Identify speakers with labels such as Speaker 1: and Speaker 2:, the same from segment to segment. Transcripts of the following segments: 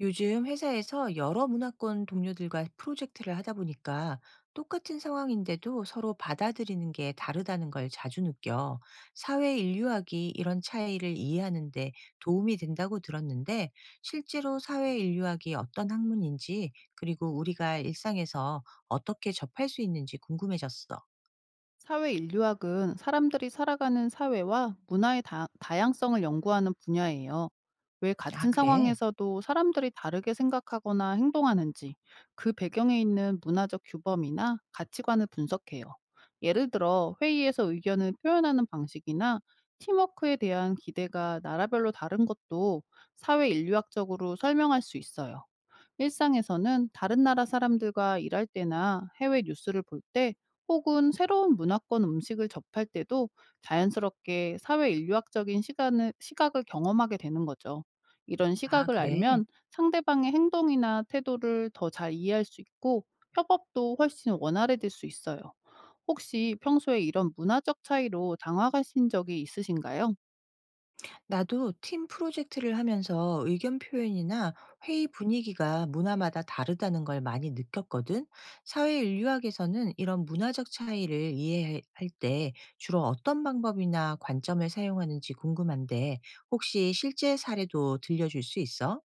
Speaker 1: 요즘 회사에서 여러 문화권 동료들과 프로젝트를 하다 보니까 똑같은 상황인데도 서로 받아들이는 게 다르다는 걸 자주 느껴. 사회 인류학이 이런 차이를 이해하는데 도움이 된다고 들었는데 실제로 사회 인류학이 어떤 학문인지 그리고 우리가 일상에서 어떻게 접할 수 있는지 궁금해졌어.
Speaker 2: 사회 인류학은 사람들이 살아가는 사회와 문화의 다, 양성을 연구하는 분야예요. 왜
Speaker 1: 아,
Speaker 2: 같은
Speaker 1: 그래?
Speaker 2: 상황에서도 사람들이 다르게 생각하거나 행동하는지 그 배경에 있는 문화적 규범이나 가치관을 분석해요. 예를 들어 회의에서 의견을 표현하는 방식이나 팀워크에 대한 기대가 나라별로 다른 것도 사회 인류학적으로 설명할 수 있어요. 일상에서는 다른 나라 사람들과 일할 때나 해외 뉴스를 볼때 혹은 새로운 문화권 음식을 접할 때도 자연스럽게 사회 인류학적인 시각을 경험하게 되는 거죠. 이런
Speaker 1: 아,
Speaker 2: 시각을
Speaker 1: 그래.
Speaker 2: 알면 상대방의 행동이나 태도를 더 잘 이해할 수 있고 협업도 훨씬 원활해질 수 있어요. 혹시 평소에 이런 문화적 차이로 당황하신 적이 있으신가요?
Speaker 1: 나도 팀 프로젝트를 하면서 의견 표현이나 회의 분위기가 문화마다 다르다는 걸 많이 느꼈거든. 사회 인류학에서는 이런 문화적 차이를 이해할 때 주로 어떤 방법이나 관점을 사용하는지 궁금한데 혹시 실제 사례도 들려줄 수 있어?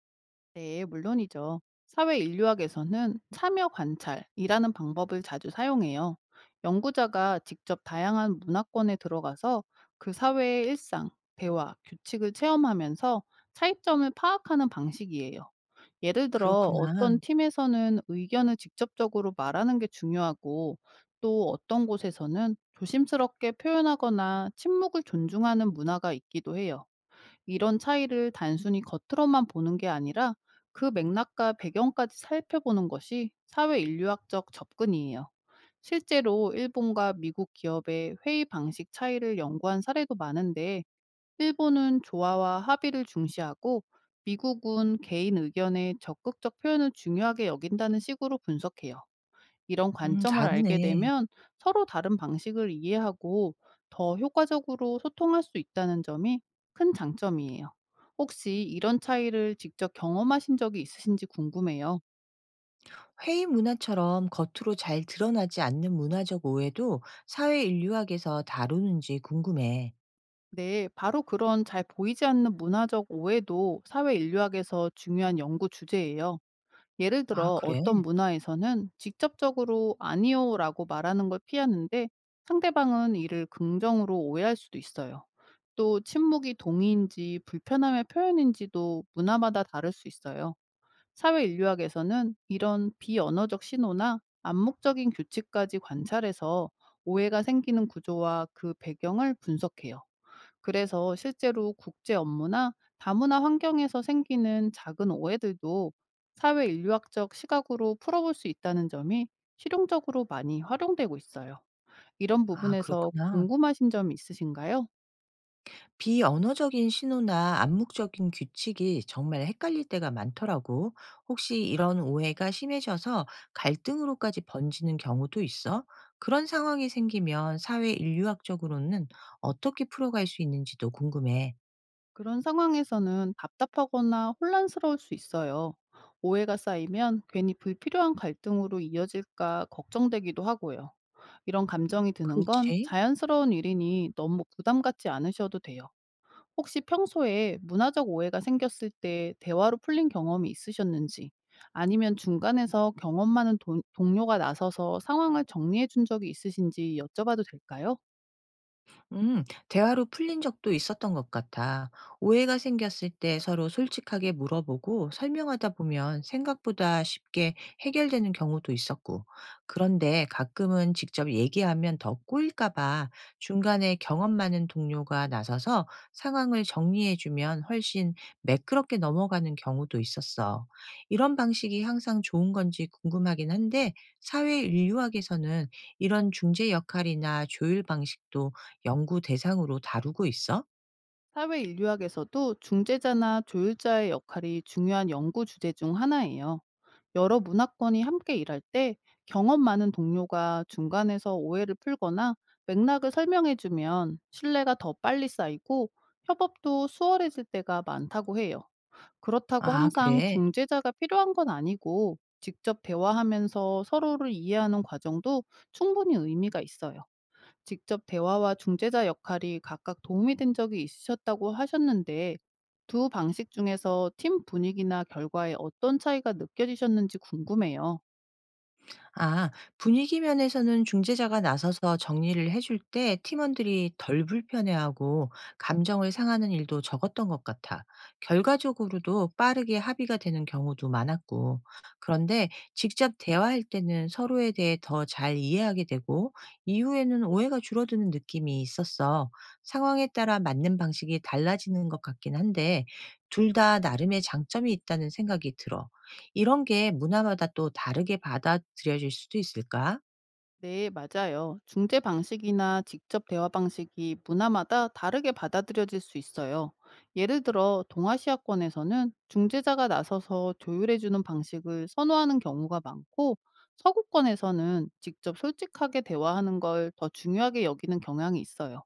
Speaker 2: 네, 물론이죠. 사회 인류학에서는 참여 관찰이라는 방법을 자주 사용해요. 연구자가 직접 다양한 문화권에 들어가서 그 사회의 일상, 대화, 규칙을 체험하면서 차이점을 파악하는 방식이에요. 예를 들어
Speaker 1: 그렇구나.
Speaker 2: 어떤 팀에서는 의견을 직접적으로 말하는 게 중요하고 또 어떤 곳에서는 조심스럽게 표현하거나 침묵을 존중하는 문화가 있기도 해요. 이런 차이를 단순히 겉으로만 보는 게 아니라 그 맥락과 배경까지 살펴보는 것이 사회 인류학적 접근이에요. 실제로 일본과 미국 기업의 회의 방식 차이를 연구한 사례도 많은데, 일본은 조화와 합의를 중시하고, 미국은 개인 의견의 적극적 표현을 중요하게 여긴다는 식으로 분석해요. 이런 관점을 알게
Speaker 1: 다르네.
Speaker 2: 되면 서로 다른 방식을 이해하고 더 효과적으로 소통할 수 있다는 점이 큰 장점이에요. 혹시 이런 차이를 직접 경험하신 적이 있으신지 궁금해요.
Speaker 1: 회의 문화처럼 겉으로 잘 드러나지 않는 문화적 오해도 사회 인류학에서 다루는지 궁금해.
Speaker 2: 네, 바로 그런 잘 보이지 않는 문화적 오해도 사회 인류학에서 중요한 연구 주제예요. 예를
Speaker 1: 아,
Speaker 2: 들어 어떤
Speaker 1: 그래?
Speaker 2: 문화에서는 직접적으로 아니요라고 말하는 걸 피하는데 상대방은 이를 긍정으로 오해할 수도 있어요. 또 침묵이 동의인지 불편함의 표현인지도 문화마다 다를 수 있어요. 사회 인류학에서는 이런 비언어적 신호나 암묵적인 규칙까지 관찰해서 오해가 생기는 구조와 그 배경을 분석해요. 그래서 실제로 국제 업무나 다문화 환경에서 생기는 작은 오해들도 사회 인류학적 시각으로 풀어볼 수 있다는 점이 실용적으로 많이 활용되고 있어요. 이런
Speaker 1: 아,
Speaker 2: 부분에서
Speaker 1: 그렇구나.
Speaker 2: 궁금하신 점 있으신가요?
Speaker 1: 비언어적인 신호나 암묵적인 규칙이 정말 헷갈릴 때가 많더라고. 혹시 이런 오해가 심해져서 갈등으로까지 번지는 경우도 있어? 그런 상황이 생기면 사회 인류학적으로는 어떻게 풀어갈 수 있는지도 궁금해.
Speaker 2: 그런 상황에서는 답답하거나 혼란스러울 수 있어요. 오해가 쌓이면 괜히 불필요한 갈등으로 이어질까 걱정되기도 하고요. 이런 감정이 드는 건
Speaker 1: 그렇지.
Speaker 2: 자연스러운 일이니 너무 부담 갖지 않으셔도 돼요. 혹시 평소에 문화적 오해가 생겼을 때 대화로 풀린 경험이 있으셨는지, 아니면 중간에서 경험 많은 동료가 나서서 상황을 정리해 준 적이 있으신지 여쭤봐도 될까요?
Speaker 1: 음, 대화로 풀린 적도 있었던 것 같아. 오해가 생겼을 때 서로 솔직하게 물어보고 설명하다 보면 생각보다 쉽게 해결되는 경우도 있었고. 그런데 가끔은 직접 얘기하면 더 꼬일까봐 중간에 경험 많은 동료가 나서서 상황을 정리해주면 훨씬 매끄럽게 넘어가는 경우도 있었어. 이런 방식이 항상 좋은 건지 궁금하긴 한데, 사회 인류학에서는 이런 중재 역할이나 조율 방식도 연구 대상으로 다루고 있어?
Speaker 2: 사회 인류학에서도 중재자나 조율자의 역할이 중요한 연구 주제 중 하나예요. 여러 문화권이 함께 일할 때 경험 많은 동료가 중간에서 오해를 풀거나 맥락을 설명해 주면 신뢰가 더 빨리 쌓이고 협업도 수월해질 때가 많다고 해요. 그렇다고
Speaker 1: 아,
Speaker 2: 항상
Speaker 1: 그래.
Speaker 2: 중재자가 필요한 건 아니고 직접 대화하면서 서로를 이해하는 과정도 충분히 의미가 있어요. 직접 대화와 중재자 역할이 각각 도움이 된 적이 있으셨다고 하셨는데 두 방식 중에서 팀 분위기나 결과에 어떤 차이가 느껴지셨는지 궁금해요.
Speaker 1: 아, 분위기 면에서는 중재자가 나서서 정리를 해줄 때 팀원들이 덜 불편해하고 감정을 상하는 일도 적었던 것 같아. 결과적으로도 빠르게 합의가 되는 경우도 많았고. 그런데 직접 대화할 때는 서로에 대해 더 잘 이해하게 되고, 이후에는 오해가 줄어드는 느낌이 있었어. 상황에 따라 맞는 방식이 달라지는 것 같긴 한데, 둘 다 나름의 장점이 있다는 생각이 들어. 이런 게 문화마다 또 다르게 받아들여질 수도 있을까?
Speaker 2: 네, 맞아요. 중재 방식이나 직접 대화 방식이 문화마다 다르게 받아들여질 수 있어요. 예를 들어, 동아시아권에서는 중재자가 나서서 조율해주는 방식을 선호하는 경우가 많고, 서구권에서는 직접 솔직하게 대화하는 걸 더 중요하게 여기는 경향이 있어요.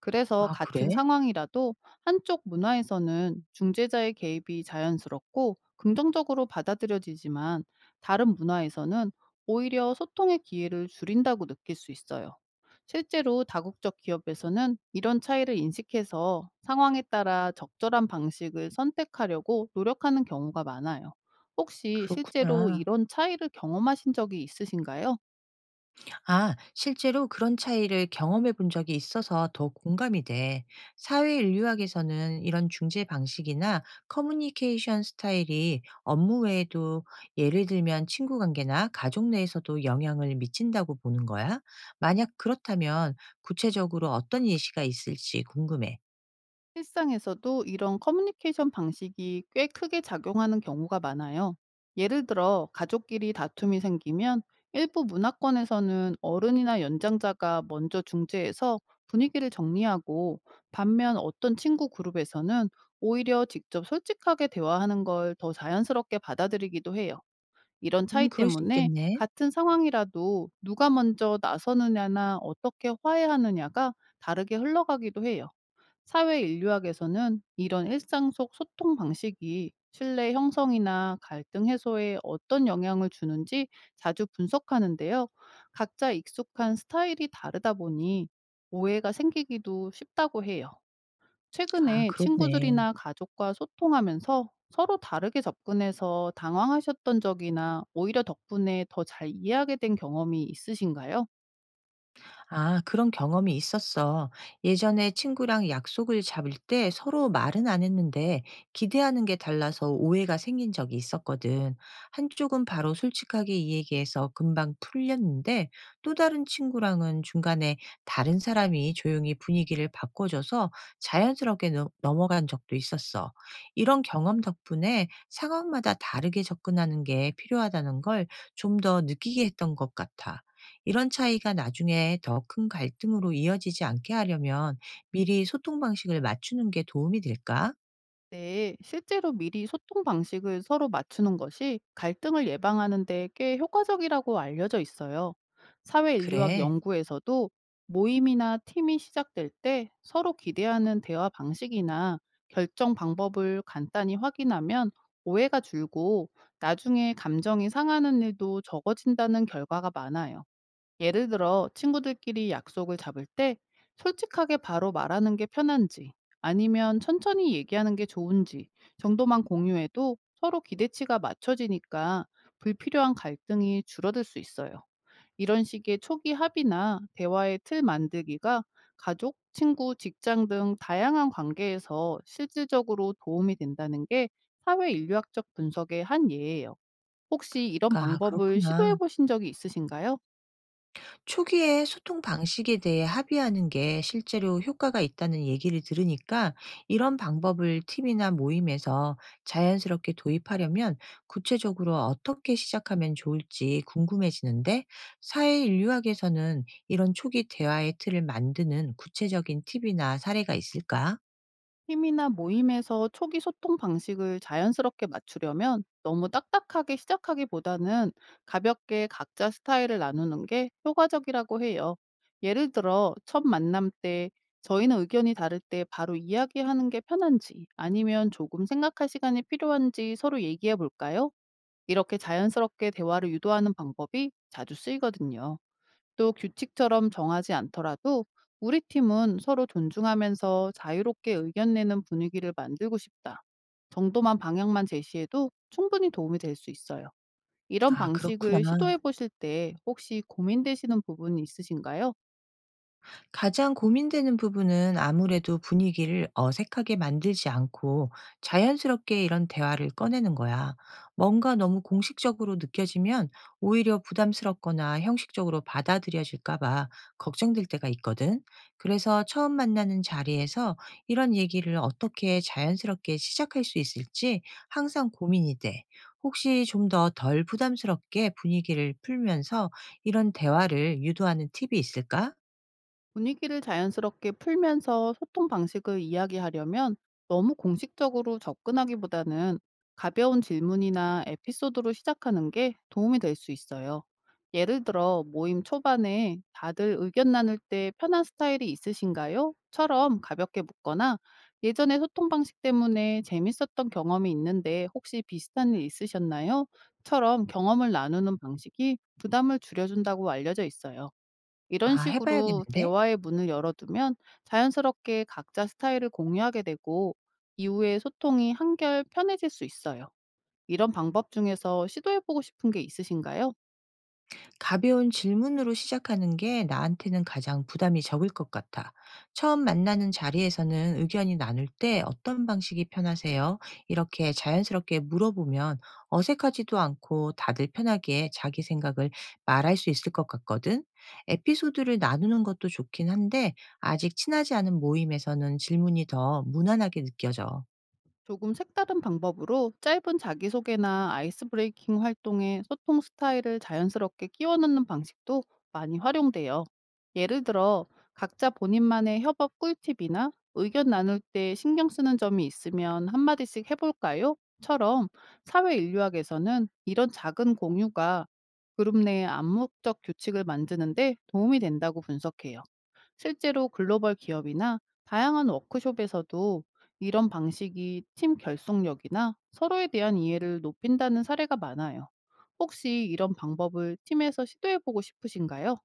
Speaker 2: 그래서
Speaker 1: 아,
Speaker 2: 같은
Speaker 1: 그래?
Speaker 2: 상황이라도 한쪽 문화에서는 중재자의 개입이 자연스럽고 긍정적으로 받아들여지지만 다른 문화에서는 오히려 소통의 기회를 줄인다고 느낄 수 있어요. 실제로 다국적 기업에서는 이런 차이를 인식해서 상황에 따라 적절한 방식을 선택하려고 노력하는 경우가 많아요. 혹시 실제로
Speaker 1: 그렇구나.
Speaker 2: 이런 차이를 경험하신 적이 있으신가요?
Speaker 1: 아, 실제로 그런 차이를 경험해 본 적이 있어서 더 공감이 돼. 사회 인류학에서는 이런 중재 방식이나 커뮤니케이션 스타일이 업무 외에도 예를 들면 친구 관계나 가족 내에서도 영향을 미친다고 보는 거야? 만약 그렇다면 구체적으로 어떤 예시가 있을지 궁금해.
Speaker 2: 일상에서도 이런 커뮤니케이션 방식이 꽤 크게 작용하는 경우가 많아요. 예를 들어 가족끼리 다툼이 생기면 일부 문화권에서는 어른이나 연장자가 먼저 중재해서 분위기를 정리하고 반면 어떤 친구 그룹에서는 오히려 직접 솔직하게 대화하는 걸 더 자연스럽게 받아들이기도 해요. 이런 차이
Speaker 1: 그럴 수
Speaker 2: 때문에
Speaker 1: 있겠네.
Speaker 2: 같은 상황이라도 누가 먼저 나서느냐나 어떻게 화해하느냐가 다르게 흘러가기도 해요. 사회 인류학에서는 이런 일상 속 소통 방식이 신뢰 형성이나 갈등 해소에 어떤 영향을 주는지 자주 분석하는데요. 각자 익숙한 스타일이 다르다 보니 오해가 생기기도 쉽다고 해요.
Speaker 1: 아,
Speaker 2: 최근에
Speaker 1: 그렇네.
Speaker 2: 친구들이나 가족과 소통하면서 서로 다르게 접근해서 당황하셨던 적이나 오히려 덕분에 더 잘 이해하게 된 경험이 있으신가요?
Speaker 1: 아, 그런 경험이 있었어. 예전에 친구랑 약속을 잡을 때 서로 말은 안 했는데 기대하는 게 달라서 오해가 생긴 적이 있었거든. 한쪽은 바로 솔직하게 이야기해서 금방 풀렸는데 또 다른 친구랑은 중간에 다른 사람이 조용히 분위기를 바꿔줘서 자연스럽게 넘어간 적도 있었어. 이런 경험 덕분에 상황마다 다르게 접근하는 게 필요하다는 걸 좀 더 느끼게 했던 것 같아. 이런 차이가 나중에 더 큰 갈등으로 이어지지 않게 하려면 미리 소통 방식을 맞추는 게 도움이 될까?
Speaker 2: 네, 실제로 미리 소통 방식을 서로 맞추는 것이 갈등을 예방하는 데 꽤 효과적이라고 알려져 있어요. 사회 인류학
Speaker 1: 그래.
Speaker 2: 연구에서도 모임이나 팀이 시작될 때 서로 기대하는 대화 방식이나 결정 방법을 간단히 확인하면 오해가 줄고 나중에 감정이 상하는 일도 적어진다는 결과가 많아요. 예를 들어 친구들끼리 약속을 잡을 때 솔직하게 바로 말하는 게 편한지 아니면 천천히 얘기하는 게 좋은지 정도만 공유해도 서로 기대치가 맞춰지니까 불필요한 갈등이 줄어들 수 있어요. 이런 식의 초기 합의나 대화의 틀 만들기가 가족, 친구, 직장 등 다양한 관계에서 실질적으로 도움이 된다는 게 사회 인류학적 분석의 한 예예요. 혹시 이런
Speaker 1: 아,
Speaker 2: 방법을 시도해
Speaker 1: 그렇구나.
Speaker 2: 보신 적이 있으신가요?
Speaker 1: 초기에 소통 방식에 대해 합의하는 게 실제로 효과가 있다는 얘기를 들으니까 이런 방법을 팀이나 모임에서 자연스럽게 도입하려면 구체적으로 어떻게 시작하면 좋을지 궁금해지는데 사회 인류학에서는 이런 초기 대화의 틀을 만드는 구체적인 팁이나 사례가 있을까?
Speaker 2: 팀이나 모임에서 초기 소통 방식을 자연스럽게 맞추려면 너무 딱딱하게 시작하기보다는 가볍게 각자 스타일을 나누는 게 효과적이라고 해요. 예를 들어, 첫 만남 때 저희는 의견이 다를 때 바로 이야기하는 게 편한지 아니면 조금 생각할 시간이 필요한지 서로 얘기해 볼까요? 이렇게 자연스럽게 대화를 유도하는 방법이 자주 쓰이거든요. 또 규칙처럼 정하지 않더라도 우리 팀은 서로 존중하면서 자유롭게 의견 내는 분위기를 만들고 싶다. 정도만 방향만 제시해도 충분히 도움이 될 수 있어요. 이런
Speaker 1: 아 그렇구나.
Speaker 2: 방식을 시도해 보실 때 혹시 고민되시는 부분이 있으신가요?
Speaker 1: 가장 고민되는 부분은 아무래도 분위기를 어색하게 만들지 않고 자연스럽게 이런 대화를 꺼내는 거야. 뭔가 너무 공식적으로 느껴지면 오히려 부담스럽거나 형식적으로 받아들여질까봐 걱정될 때가 있거든. 그래서 처음 만나는 자리에서 이런 얘기를 어떻게 자연스럽게 시작할 수 있을지 항상 고민이 돼. 혹시 좀 더 덜 부담스럽게 분위기를 풀면서 이런 대화를 유도하는 팁이 있을까?
Speaker 2: 분위기를 자연스럽게 풀면서 소통 방식을 이야기하려면 너무 공식적으로 접근하기보다는 가벼운 질문이나 에피소드로 시작하는 게 도움이 될 수 있어요. 예를 들어 모임 초반에 다들 의견 나눌 때 편한 스타일이 있으신가요? 처럼 가볍게 묻거나 예전에 소통 방식 때문에 재밌었던 경험이 있는데 혹시 비슷한 일 있으셨나요? 처럼 경험을 나누는 방식이 부담을 줄여준다고 알려져 있어요. 이런
Speaker 1: 아 해
Speaker 2: 식으로
Speaker 1: 봐야겠는데.
Speaker 2: 대화의 문을 열어두면 자연스럽게 각자 스타일을 공유하게 되고 이후에 소통이 한결 편해질 수 있어요. 이런 방법 중에서 시도해보고 싶은 게 있으신가요?
Speaker 1: 가벼운 질문으로 시작하는 게 나한테는 가장 부담이 적을 것 같아. "처음 만나는 자리에서는 의견이 나눌 때 어떤 방식이 편하세요?" 이렇게 자연스럽게 물어보면 어색하지도 않고 다들 편하게 자기 생각을 말할 수 있을 것 같거든. 에피소드를 나누는 것도 좋긴 한데 아직 친하지 않은 모임에서는 질문이 더 무난하게 느껴져.
Speaker 2: 조금 색다른 방법으로 짧은 자기소개나 아이스 브레이킹 활동에 소통 스타일을 자연스럽게 끼워 넣는 방식도 많이 활용돼요. 예를 들어, 각자 본인만의 협업 꿀팁이나 의견 나눌 때 신경 쓰는 점이 있으면 한마디씩 해볼까요? 처럼 사회 인류학에서는 이런 작은 공유가 그룹 내의 암묵적 규칙을 만드는데 도움이 된다고 분석해요. 실제로 글로벌 기업이나 다양한 워크숍에서도 이런 방식이 팀 결속력이나 서로에 대한 이해를 높인다는 사례가 많아요. 혹시 이런 방법을 팀에서 시도해보고 싶으신가요?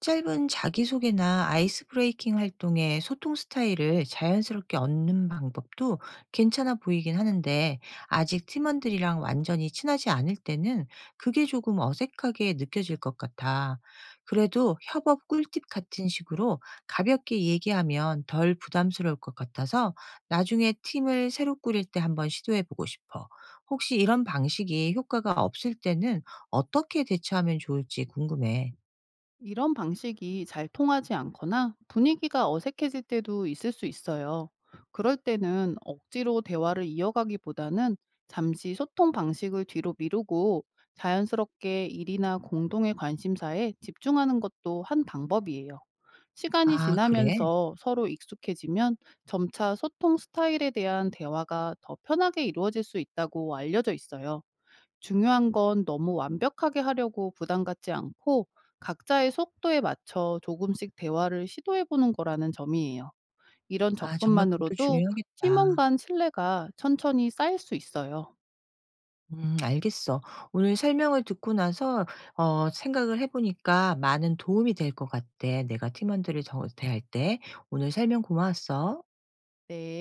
Speaker 1: 짧은 자기소개나 아이스 브레이킹 활동의 소통 스타일을 자연스럽게 얻는 방법도 괜찮아 보이긴 하는데 아직 팀원들이랑 완전히 친하지 않을 때는 그게 조금 어색하게 느껴질 것 같아. 그래도 협업 꿀팁 같은 식으로 가볍게 얘기하면 덜 부담스러울 것 같아서 나중에 팀을 새로 꾸릴 때 한번 시도해 보고 싶어. 혹시 이런 방식이 효과가 없을 때는 어떻게 대처하면 좋을지 궁금해.
Speaker 2: 이런 방식이 잘 통하지 않거나 분위기가 어색해질 때도 있을 수 있어요. 그럴 때는 억지로 대화를 이어가기보다는 잠시 소통 방식을 뒤로 미루고 자연스럽게 일이나 공동의 관심사에 집중하는 것도 한 방법이에요. 시간이
Speaker 1: 아, 그래?
Speaker 2: 지나면서 서로 익숙해지면 점차 소통 스타일에 대한 대화가 더 편하게 이루어질 수 있다고 알려져 있어요. 중요한 건 너무 완벽하게 하려고 부담 갖지 않고 각자의 속도에 맞춰 조금씩 대화를 시도해 보는 거라는 점이에요. 이런
Speaker 1: 아 정말 그것도
Speaker 2: 접근만으로도 팀원
Speaker 1: 중요하겠다.
Speaker 2: 간 신뢰가 천천히 쌓일 수 있어요.
Speaker 1: 알겠어. 오늘 설명을 듣고 나서 생각을 해 보니까 많은 도움이 될 것 같아. 내가 팀원들을 대할 때. 오늘 설명 고마웠어.
Speaker 2: 네.